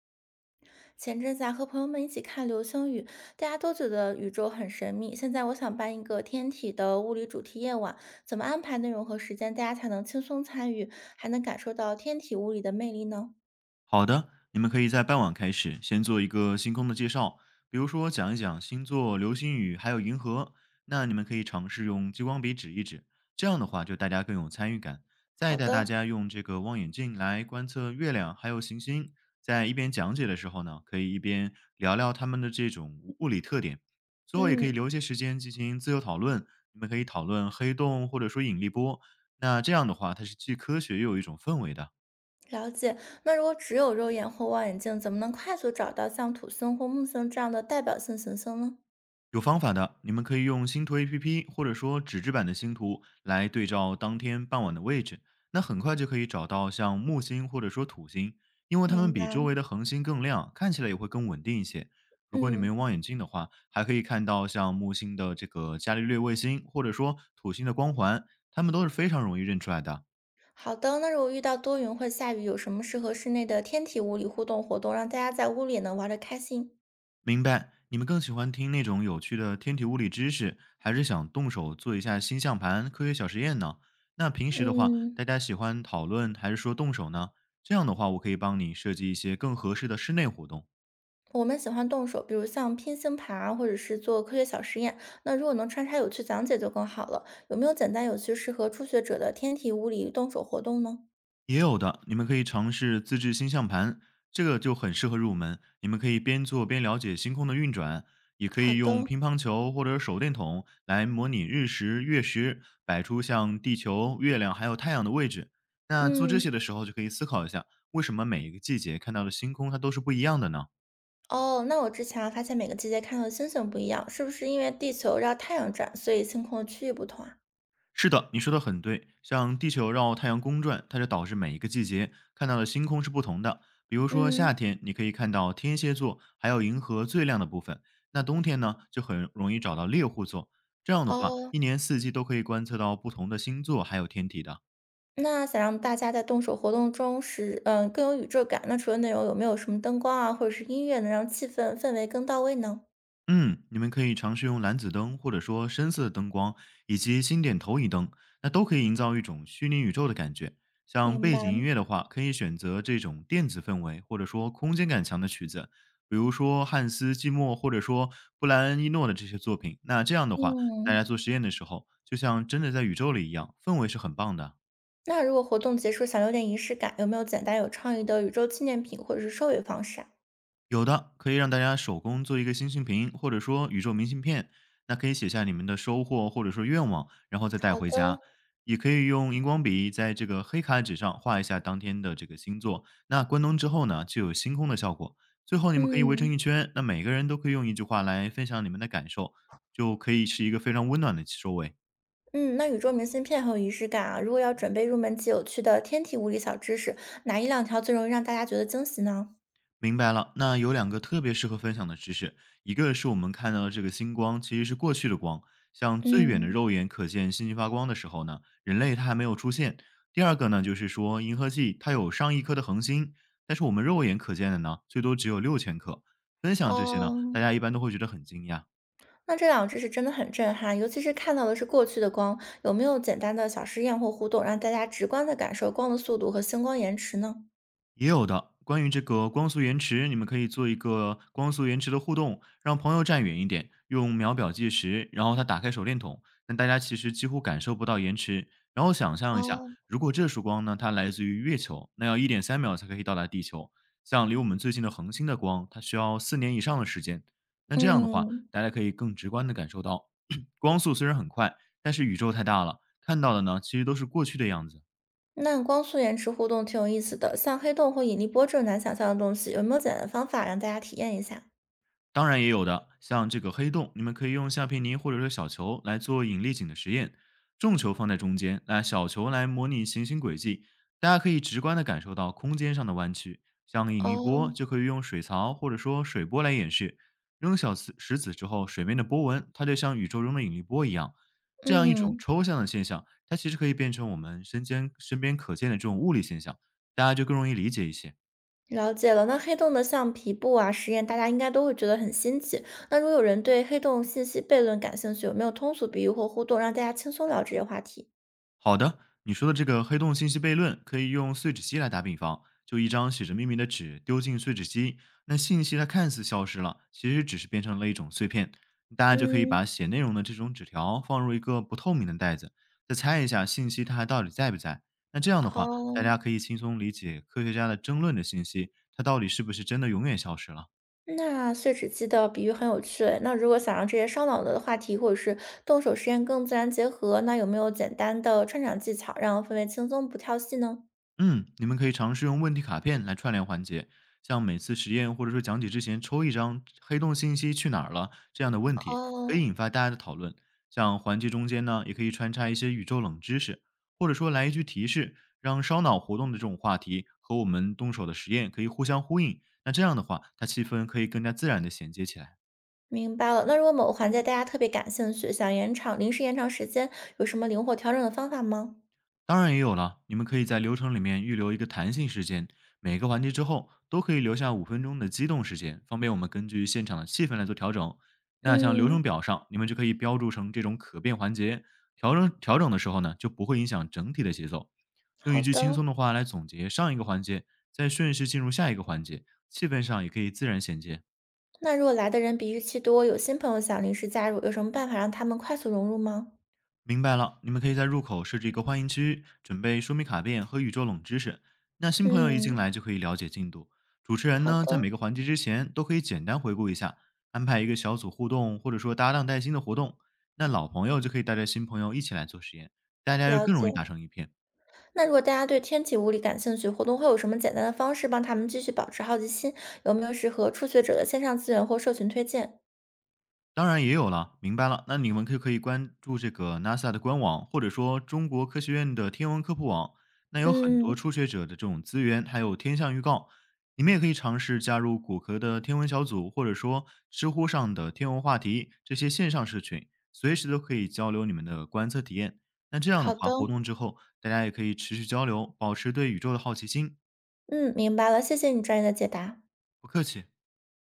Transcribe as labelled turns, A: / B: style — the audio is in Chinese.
A: 前阵子啊，和朋友们一起看流星雨，大家都觉得宇宙很神秘。现在我想办一个天体的物理主题夜晚，怎么安排内容和时间，大家才能轻松参与，还能感受到天体物理的魅力呢？
B: 好的，你们可以在傍晚开始，先做一个星空的介绍，比如说讲一讲星座、流星雨还有银河。那你们可以尝试用激光笔指一指，这样的话就大家更有参与感。再
A: 好
B: 带大
A: 的。
B: 家用这个望远镜来观测月亮还有行星，在一边讲解的时候呢，可以一边聊聊他们的这种物理特点。最后也可以
A: 嗯。
B: 留一些时间进行自由讨论，你们可以讨论黑洞或者说引力波。那这样的话，它是既科学又有一种氛围的。
A: 了解。那如果只有肉眼或望远镜，怎么能快速找到像土星或木星这样的代表性行星呢？
B: 有方法的，你们可以用星图 APP 或者说纸质版的星图来对照当天傍晚的位置，那很快就可以找到像木星或者说土星，因为它们
A: 明
B: 比
A: 白。
B: 周围的恒星更亮，看起来也会更稳定一些。如果你们
A: 嗯。
B: 用望远镜的话，还可以看到像木星的这个伽利略卫星，或者说土星的光环，它们都是非常容易认出来的。
A: 好的。那如果遇到多云或下雨，有什么适合室内的天体物理互动活动，让大家在屋里也能玩得开心？
B: 明白。你们更喜欢听那种有趣的天体物理知识，还是想动手做一下星象盘、科学小实验呢？那平时的话，
A: 嗯，
B: 大家喜欢讨论还是说动手呢？这样的话，我可以帮你设计一些更合适的室内活动。
A: 我们喜欢动手，比如像拼星盘，啊，或者是做科学小实验。那如果能穿插有趣讲解就更好了。有没有简单有趣、适合初学者的天体物理动手活动呢？
B: 也有的，你们可以尝试自制星象盘，这个就很适合入门。你们可以边做边了解星空的运转，也可
A: 好
B: 以用
A: 的。
B: 乒乓球或者手电筒来模拟日食、月食，摆出像地球、月亮还有太阳的位置。那做这
A: 嗯。
B: 些的时候，就可以思考一下，为什么每一个季节看到的星空它都是不一样的呢？
A: 哦，那我之前发现每个季节看到的星星不一样，是不是因为地球绕太阳转，所以星空的区域不同啊？
B: 是的，你说的很对。像地球绕太阳公转，它就导致每一个季节看到的星空是不同的。比如说
A: 嗯。
B: 夏天，你可以看到天蝎座还有银河最亮的部分；那冬天呢，就很容易找到猎户座。这样的话，
A: 哦。
B: 一年四季都可以观测到不同的星座还有天体的。
A: 那想让大家在动手活动中是更有宇宙感，那除了内容，有没有什么灯光啊，或者是音乐能让气氛氛围更到位呢？
B: 嗯，你们可以尝试用蓝紫灯，或者说深色灯光，以及经典投影灯，那都可以营造一种虚拟宇宙的感觉。像
A: 明
B: 背景
A: 白。
B: 音乐的话，可以选择这种电子氛围，或者说空间感强的曲子，比如说汉斯季默，或者说布莱恩伊诺的这些作品。那这样的话，大
A: 嗯。
B: 家做实验的时候，就像真的在宇宙里一样，氛围是很棒的。
A: 那如果活动结束想留点仪式感，有没有简单有创意的宇宙纪念品或者是收尾方式啊？
B: 有的可以让大家手工做一个星星瓶，或者说宇宙明信片。那可以写下你们的收获或者说愿望，然后再带
A: 好的。
B: 回家。也可以用荧光笔在这个黑卡纸上画一下当天的这个星座。那关灯之后呢，就有星空的效果。最后你们可以围成一
A: 嗯
B: 圈，那每个人都可以用一句话来分享你们的感受，就可以是一个非常温暖的收尾。
A: 嗯。那宇宙明信片很有仪式感啊。如果要准备入门级有趣的天体物理小知识，哪一两条最容易让大家觉得惊喜呢？
B: 明白了，那有两个特别适合分享的知识，一个是我们看到的这个星光，其实是过去的光，像最远的
A: 嗯。
B: 肉眼可见星星发光的时候呢，人类它还没有出现。第二个呢，就是说银河系它有上亿颗的恒星，但是我们肉眼可见的呢，最多只有6000颗。分享这些呢，
A: 哦。
B: 大家一般都会觉得很惊讶，
A: 那这两个知识真的很震撼，尤其是看到的是过去的光，有没有简单的小实验或互动，让大家直观的感受光的速度和星光延迟呢？
B: 也有的。关于这个光速延迟，你们可以做一个光速延迟的互动，让朋友站远一点，用秒表计时，然后他打开手电筒，那大家其实几乎感受不到延迟。然后想象一下，
A: 哦。
B: 如果这束光呢，它来自于月球，那要1.3秒才可以到达地球。像离我们最近的恒星的光，它需要4年以上的时间。那这样的话，
A: 嗯。
B: 大家可以更直观的感受到 光速虽然很快，但是宇宙太大了，看到的呢，其实都是过去的样子。
A: 那光速延迟互动挺有意思的，像黑洞或引力波这种难想象的东西，有没有简单的方法让大家体验一下？
B: 当然也有的，像这个黑洞，你们可以用橡皮泥或者是小球来做引力井的实验，重球放在中间，那小球来模拟行星轨迹，大家可以直观的感受到空间上的弯曲。像引力
A: 哦。
B: 波就可以用水槽或者说水波来演示，扔小石子之后，水面的波纹它就像宇宙中的引力波一样，这样一种
A: 嗯。
B: 抽象的现象，它其实可以变成我们身边可见的这种物理现象，大家就更容易理解一些。
A: 了解了。那黑洞的像皮布啊实验，大家应该都会觉得很新奇。那如果有人对黑洞信息悖论感兴趣，有没有通俗比喻或互动，让大家轻松聊这些话题？
B: 好的，你说的这个黑洞信息悖论可以用碎纸机来打比方，就一张写着秘密的纸丢进碎纸机，那信息它看似消失了，其实只是变成了一种碎片。大家就可以
A: 嗯。
B: 把写内容的这种纸条放入一个不透明的袋子，再猜一下信息它还到底在不在。那这样的话，大
A: 哦。
B: 家可以轻松理解科学家的争论的信息，它到底是不是真的永远消失了。
A: 那碎纸机的比喻很有趣诶，那如果想让这些烧脑的话题或者是动手实验更自然结合，那有没有简单的串场技巧，让氛围轻松不跳戏呢？
B: 嗯，你们可以尝试用问题卡片来串联环节，像每次实验或者说讲解之前抽一张“黑洞信息去哪儿了”这样的问题，可以
A: 哦，
B: 引发大家的讨论。像环节中间呢，也可以穿插一些宇宙冷知识，或者说来一句提示，让烧脑活动的这种话题和我们动手的实验可以互相呼应。那这样的话，它气氛可以更加自然的衔接起来。
A: 明白了。那如果某个环节大家特别感兴趣，想延长临时延长时间，有什么灵活调整的方法吗？
B: 当然也有了，你们可以在流程里面预留一个弹性时间，每个环节之后都可以留下5分钟的机动时间，方便我们根据现场的气氛来做调整。那像流程
A: 嗯。
B: 表上，你们就可以标注成这种可变环节，调整调整的时候呢，就不会影响整体的节奏。用
A: 好
B: 一句
A: 的。
B: 轻松的话来总结上一个环节，再顺势进入下一个环节，气氛上也可以自然衔接。
A: 那如果来的人比预期多，有新朋友想临时加入，有什么办法让他们快速融入吗？
B: 明白了，你们可以在入口设置一个欢迎区，准备说明卡片和宇宙冷知识。那新朋友一进
A: 嗯。
B: 来就可以了解进度。主持人
A: 好
B: 呢，在
A: 的。
B: 每个环节之前都可以简单回顾一下，安排一个小组互动或者说搭档带新的活动。那老朋友就可以带着新朋友一起来做实验，大家就
A: 了
B: 更
A: 解。
B: 容易打成一片。
A: 那如果大家对天体物理感兴趣，活动会有什么简单的方式帮他们继续保持好奇心？有没有适合初学者的线上资源或社群推荐？
B: 当然也有了，明白了。那你们可以关注这个 NASA 的官网，或者说中国科学院的天文科普网，那有很多
A: 嗯。
B: 初学者的这种资源，还有天象预告。你们也可以尝试加入骨壳的天文小组，或者说知乎上的天文话题这些线上社群，随时都可以交流你们的观测体验。那这样的
A: 好
B: 话，
A: 的。
B: 活动之后大家也可以持续交流，保持对宇宙的好奇心。
A: 嗯，明白了，谢谢你专业的解答。
B: 不客气。